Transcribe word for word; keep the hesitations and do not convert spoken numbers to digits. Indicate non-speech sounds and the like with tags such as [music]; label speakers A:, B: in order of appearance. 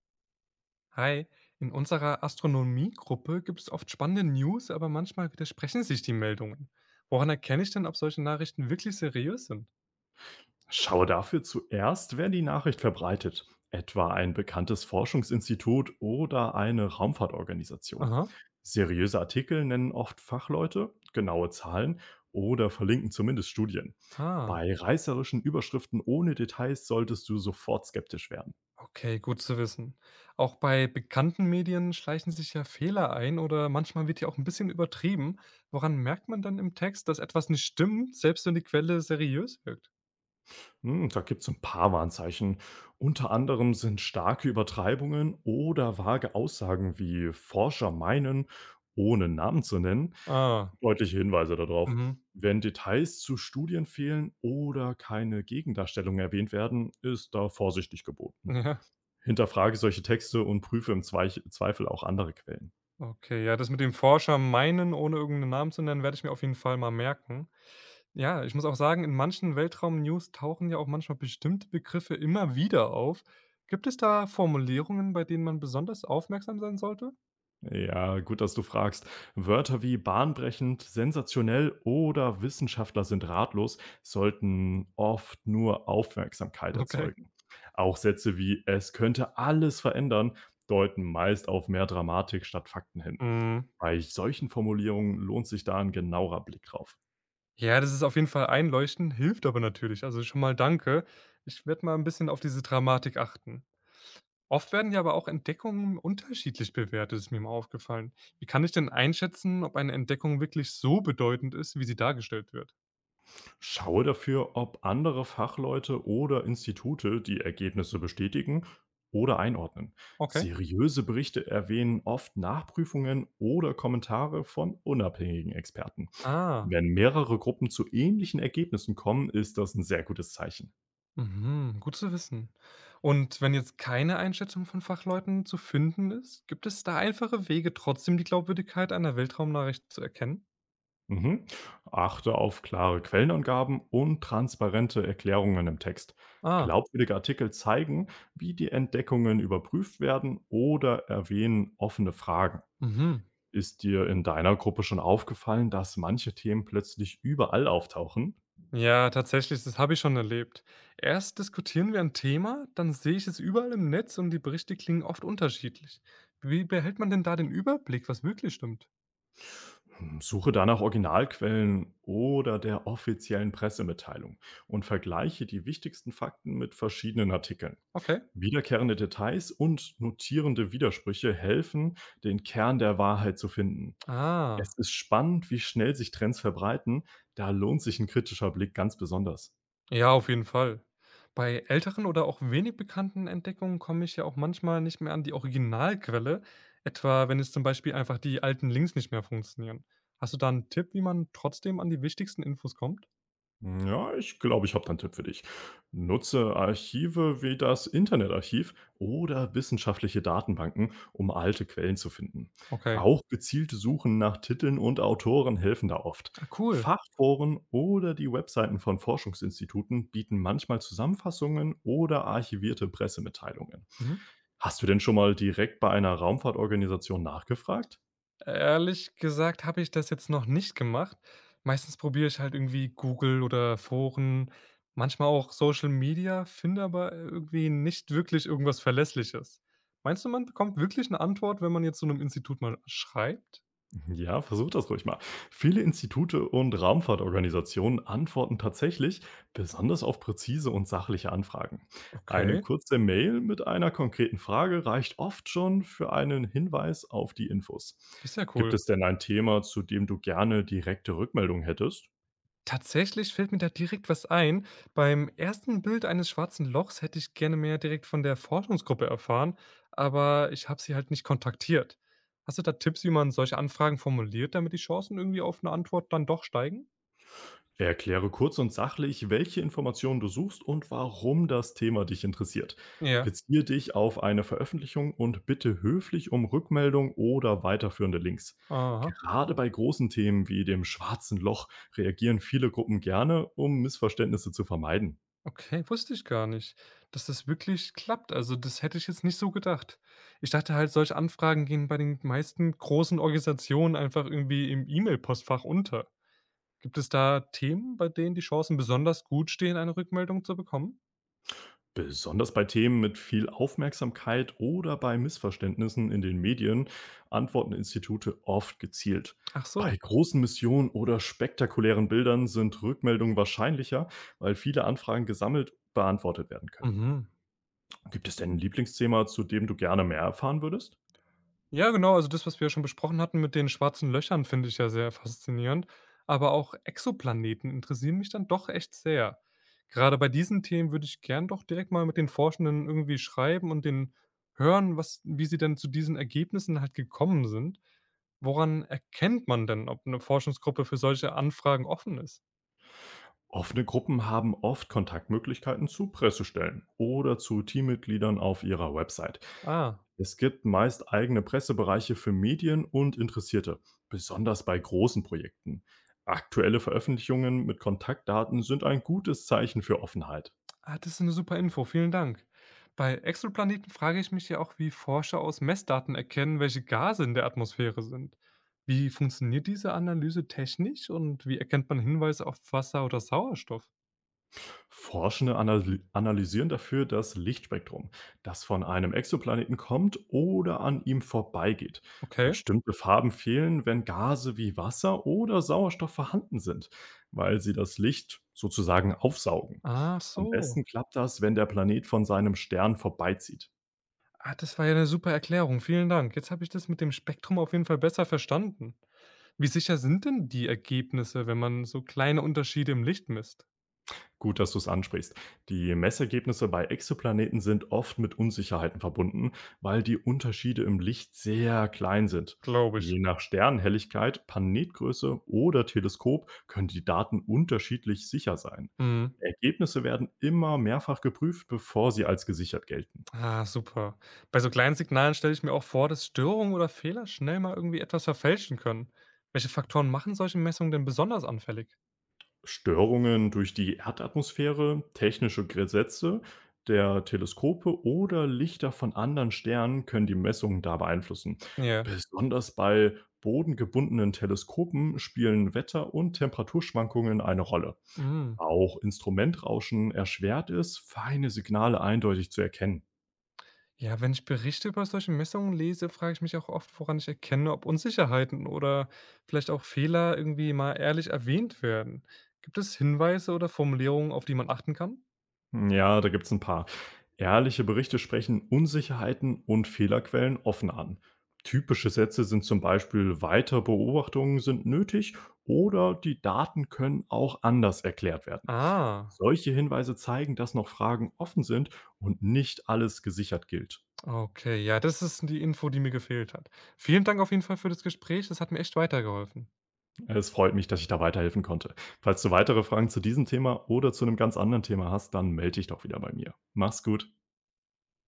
A: Hi, in unserer Astronomiegruppe gibt es oft spannende News, aber manchmal widersprechen sich die Meldungen. Woran erkenne ich denn, ob solche Nachrichten wirklich seriös sind?
B: Schau dafür zuerst, wer die Nachricht verbreitet, etwa ein bekanntes Forschungsinstitut oder eine Raumfahrtorganisation.
A: Aha.
B: Seriöse Artikel nennen oft Fachleute, genaue Zahlen oder verlinken zumindest Studien.
A: Ah,
B: Bei reißerischen Überschriften ohne Details solltest du sofort skeptisch werden.
A: okay, gut zu wissen. Auch bei bekannten Medien schleichen sich ja Fehler ein oder manchmal wird ja auch ein bisschen übertrieben. Woran merkt man dann im Text, dass etwas nicht stimmt, selbst wenn die Quelle seriös wirkt?
B: Hm, da gibt es ein paar Warnzeichen. Unter anderem sind starke Übertreibungen oder vage Aussagen wie „Forscher meinen“, ohne Namen zu nennen,
A: Ah,
B: deutliche Hinweise darauf.
A: mhm.
B: Wenn Details zu Studien fehlen oder keine Gegendarstellungen erwähnt werden, ist da vorsichtig geboten.
A: Ja,
B: Hinterfrage solche Texte und prüfe im Zweich Zweifel auch andere Quellen.
A: okay. Ja, das mit dem Forscher meinen, ohne irgendeinen Namen zu nennen, werde ich mir auf jeden Fall mal merken. Ja, ich muss auch sagen, in manchen Weltraum-News tauchen ja auch manchmal bestimmte Begriffe immer wieder auf. Gibt es da Formulierungen, bei denen man besonders aufmerksam sein sollte? [laughs]
B: Ja, gut, dass du fragst. Wörter wie bahnbrechend, sensationell oder Wissenschaftler sind ratlos sollten oft nur Aufmerksamkeit
A: Okay.
B: erzeugen. Auch Sätze wie es könnte alles verändern deuten meist auf mehr Dramatik statt Fakten hin.
A: Mhm.
B: Bei solchen Formulierungen lohnt sich da ein genauer Blick drauf.
A: Ja, das ist auf jeden Fall einleuchtend, hilft aber natürlich. Also schon mal danke. Ich werde mal ein bisschen auf diese Dramatik achten. Oft werden ja aber auch Entdeckungen unterschiedlich bewertet, ist mir mal aufgefallen. Wie kann ich denn einschätzen, ob eine Entdeckung wirklich so bedeutend ist, wie sie dargestellt wird?
B: Schaue dafür, ob andere Fachleute oder Institute die Ergebnisse bestätigen oder einordnen.
A: Okay.
B: Seriöse Berichte erwähnen oft Nachprüfungen oder Kommentare von unabhängigen Experten.
A: Ah,
B: Wenn mehrere Gruppen zu ähnlichen Ergebnissen kommen, ist das ein sehr gutes Zeichen.
A: mhm, gut zu wissen. Und wenn jetzt keine Einschätzung von Fachleuten zu finden ist, gibt es da einfache Wege, trotzdem die Glaubwürdigkeit einer Weltraumnachricht zu erkennen?
B: Mhm. Achte auf klare Quellenangaben und transparente Erklärungen im Text.
A: Ah,
B: Glaubwürdige Artikel zeigen, wie die Entdeckungen überprüft werden oder erwähnen offene Fragen.
A: mhm.
B: Ist dir in deiner Gruppe schon aufgefallen, dass manche Themen plötzlich überall auftauchen?
A: Ja, tatsächlich, das habe ich schon erlebt. Erst diskutieren wir ein Thema, dann sehe ich es überall im Netz und die Berichte klingen oft unterschiedlich. Wie behält man denn da den Überblick, was wirklich stimmt?
B: Hm, suche danach Originalquellen oder der offiziellen Pressemitteilung und vergleiche die wichtigsten Fakten mit verschiedenen Artikeln.
A: Okay.
B: Wiederkehrende Details und notierende Widersprüche helfen, den Kern der Wahrheit zu finden.
A: Ah,
B: Es ist spannend, wie schnell sich Trends verbreiten, da lohnt sich ein kritischer Blick ganz besonders.
A: ja, auf jeden Fall. Bei älteren oder auch wenig bekannten Entdeckungen komme ich ja auch manchmal nicht mehr an die Originalquelle, etwa wenn jetzt zum Beispiel einfach die alten Links nicht mehr funktionieren. Hast du da einen Tipp, wie man trotzdem an die wichtigsten Infos kommt?
B: Ja, ich glaube, ich habe da 'n Tipp für dich. Nutze Archive wie das Internetarchiv oder wissenschaftliche Datenbanken, um alte Quellen zu finden.
A: Okay,
B: Auch gezielte Suchen nach Titeln und Autoren helfen da oft.
A: ah, cool.
B: Fachforen oder die Webseiten von Forschungsinstituten bieten manchmal Zusammenfassungen oder archivierte Pressemitteilungen.
A: Mhm.
B: Hast du denn schon mal direkt bei einer Raumfahrtorganisation nachgefragt?
A: Ehrlich gesagt habe ich das jetzt noch nicht gemacht. Meistens probiere ich halt irgendwie Google oder Foren, manchmal auch Social Media, finde aber äh, irgendwie nicht wirklich irgendwas Verlässliches. Meinst du, man bekommt wirklich eine Antwort, wenn man jetzt so einem Institut mal schreibt?
B: Ja, versucht das ruhig mal. Viele Institute und Raumfahrtorganisationen antworten tatsächlich besonders auf präzise und sachliche Anfragen. Eine
A: Okay,
B: kurze Mail mit einer konkreten Frage reicht oft schon für einen Hinweis auf die Infos.
A: das ist ja
B: Gibt
A: cool.
B: es denn ein Thema, zu dem du gerne direkte Rückmeldung hättest?
A: Tatsächlich fällt mir da direkt was ein. Beim ersten Bild eines schwarzen Lochs hätte ich gerne mehr direkt von der Forschungsgruppe erfahren, aber ich habe sie halt nicht kontaktiert. Hast du da Tipps, wie man solche Anfragen formuliert, damit die Chancen irgendwie auf eine Antwort dann doch steigen?
B: Erkläre kurz und sachlich, welche Informationen du suchst und warum das Thema dich interessiert.
A: Ja.
B: Beziehe dich auf eine Veröffentlichung und bitte höflich um Rückmeldung oder weiterführende Links.
A: Aha.
B: Gerade bei großen Themen wie dem schwarzen Loch reagieren viele Gruppen gerne, um Missverständnisse zu vermeiden.
A: Okay, wusste ich gar nicht, dass das wirklich klappt. Also, das hätte ich jetzt nicht so gedacht. Ich dachte halt, solche Anfragen gehen bei den meisten großen Organisationen einfach irgendwie im E-Mail-Postfach unter. Gibt es da Themen, bei denen die Chancen besonders gut stehen, eine Rückmeldung zu bekommen?
B: Besonders bei Themen mit viel Aufmerksamkeit oder bei Missverständnissen in den Medien antworten Institute oft gezielt.
A: Ach so.
B: Bei großen Missionen oder spektakulären Bildern sind Rückmeldungen wahrscheinlicher, weil viele Anfragen gesammelt beantwortet werden können.
A: Mhm.
B: Gibt es denn ein Lieblingsthema, zu dem du gerne mehr erfahren würdest?
A: Ja, genau, also das, was wir ja schon besprochen hatten mit den schwarzen Löchern, finde ich ja sehr faszinierend. Aber auch Exoplaneten interessieren mich dann doch echt sehr. Gerade bei diesen Themen würde ich gern doch direkt mal mit den Forschenden irgendwie schreiben und den hören, was, wie sie denn zu diesen Ergebnissen halt gekommen sind. Woran erkennt man denn, ob eine Forschungsgruppe für solche Anfragen offen ist?
B: Offene Gruppen haben oft Kontaktmöglichkeiten zu Pressestellen oder zu Teammitgliedern auf ihrer Website.
A: Ah.
B: Es gibt meist eigene Pressebereiche für Medien und Interessierte, besonders bei großen Projekten. Aktuelle Veröffentlichungen mit Kontaktdaten sind ein gutes Zeichen für Offenheit.
A: Ah, das ist eine super Info, vielen Dank. Bei Exoplaneten frage ich mich ja auch, wie Forscher aus Messdaten erkennen, welche Gase in der Atmosphäre sind. Wie funktioniert diese Analyse technisch und wie erkennt man Hinweise auf Wasser oder Sauerstoff?
B: Forschende analy analysieren dafür das Lichtspektrum, das von einem Exoplaneten kommt oder an ihm vorbeigeht.
A: Okay.
B: Bestimmte Farben fehlen, wenn Gase wie Wasser oder Sauerstoff vorhanden sind, weil sie das Licht sozusagen aufsaugen.
A: Ach
B: Am besten
A: so.
B: klappt das, wenn der Planet von seinem Stern vorbeizieht.
A: Ah, das war ja eine super Erklärung, vielen Dank. Jetzt habe ich das mit dem Spektrum auf jeden Fall besser verstanden. Wie sicher sind denn die Ergebnisse, wenn man so kleine Unterschiede im Licht misst?
B: Gut, dass du es ansprichst. Die Messergebnisse bei Exoplaneten sind oft mit Unsicherheiten verbunden, weil die Unterschiede im Licht sehr klein sind.
A: Glaube ich.
B: Je nach Sternenhelligkeit, Planetgröße oder Teleskop können die Daten unterschiedlich sicher sein.
A: Mhm.
B: Ergebnisse werden immer mehrfach geprüft, bevor sie als gesichert gelten.
A: Ah, super. Bei so kleinen Signalen stelle ich mir auch vor, dass Störungen oder Fehler schnell mal irgendwie etwas verfälschen können. Welche Faktoren machen solche Messungen denn besonders anfällig?
B: Störungen durch die Erdatmosphäre, technische Gesetze der Teleskope oder Lichter von anderen Sternen können die Messungen da beeinflussen.
A: Ja.
B: Besonders bei bodengebundenen Teleskopen spielen Wetter- und Temperaturschwankungen eine Rolle.
A: Mm.
B: Auch Instrumentrauschen erschwert es, feine Signale eindeutig zu erkennen.
A: Ja, wenn ich Berichte über solche Messungen lese, frage ich mich auch oft, woran ich erkenne, ob Unsicherheiten oder vielleicht auch Fehler irgendwie mal ehrlich erwähnt werden. Gibt es Hinweise oder Formulierungen, auf die man achten kann?
B: Ja, da gibt's ein paar. Ehrliche Berichte sprechen Unsicherheiten und Fehlerquellen offen an. Typische Sätze sind zum Beispiel weitere Beobachtungen sind nötig oder die Daten können auch anders erklärt werden.
A: Ah,
B: Solche Hinweise zeigen, dass noch Fragen offen sind und nicht alles gesichert gilt.
A: okay. Ja, das ist die Info, die mir gefehlt hat. Vielen Dank auf jeden Fall für das Gespräch. Das hat mir echt weitergeholfen.
B: Es freut mich, dass ich da weiterhelfen konnte. Falls du weitere Fragen zu diesem Thema oder zu einem ganz anderen Thema hast, dann melde dich doch wieder bei mir. Mach's gut.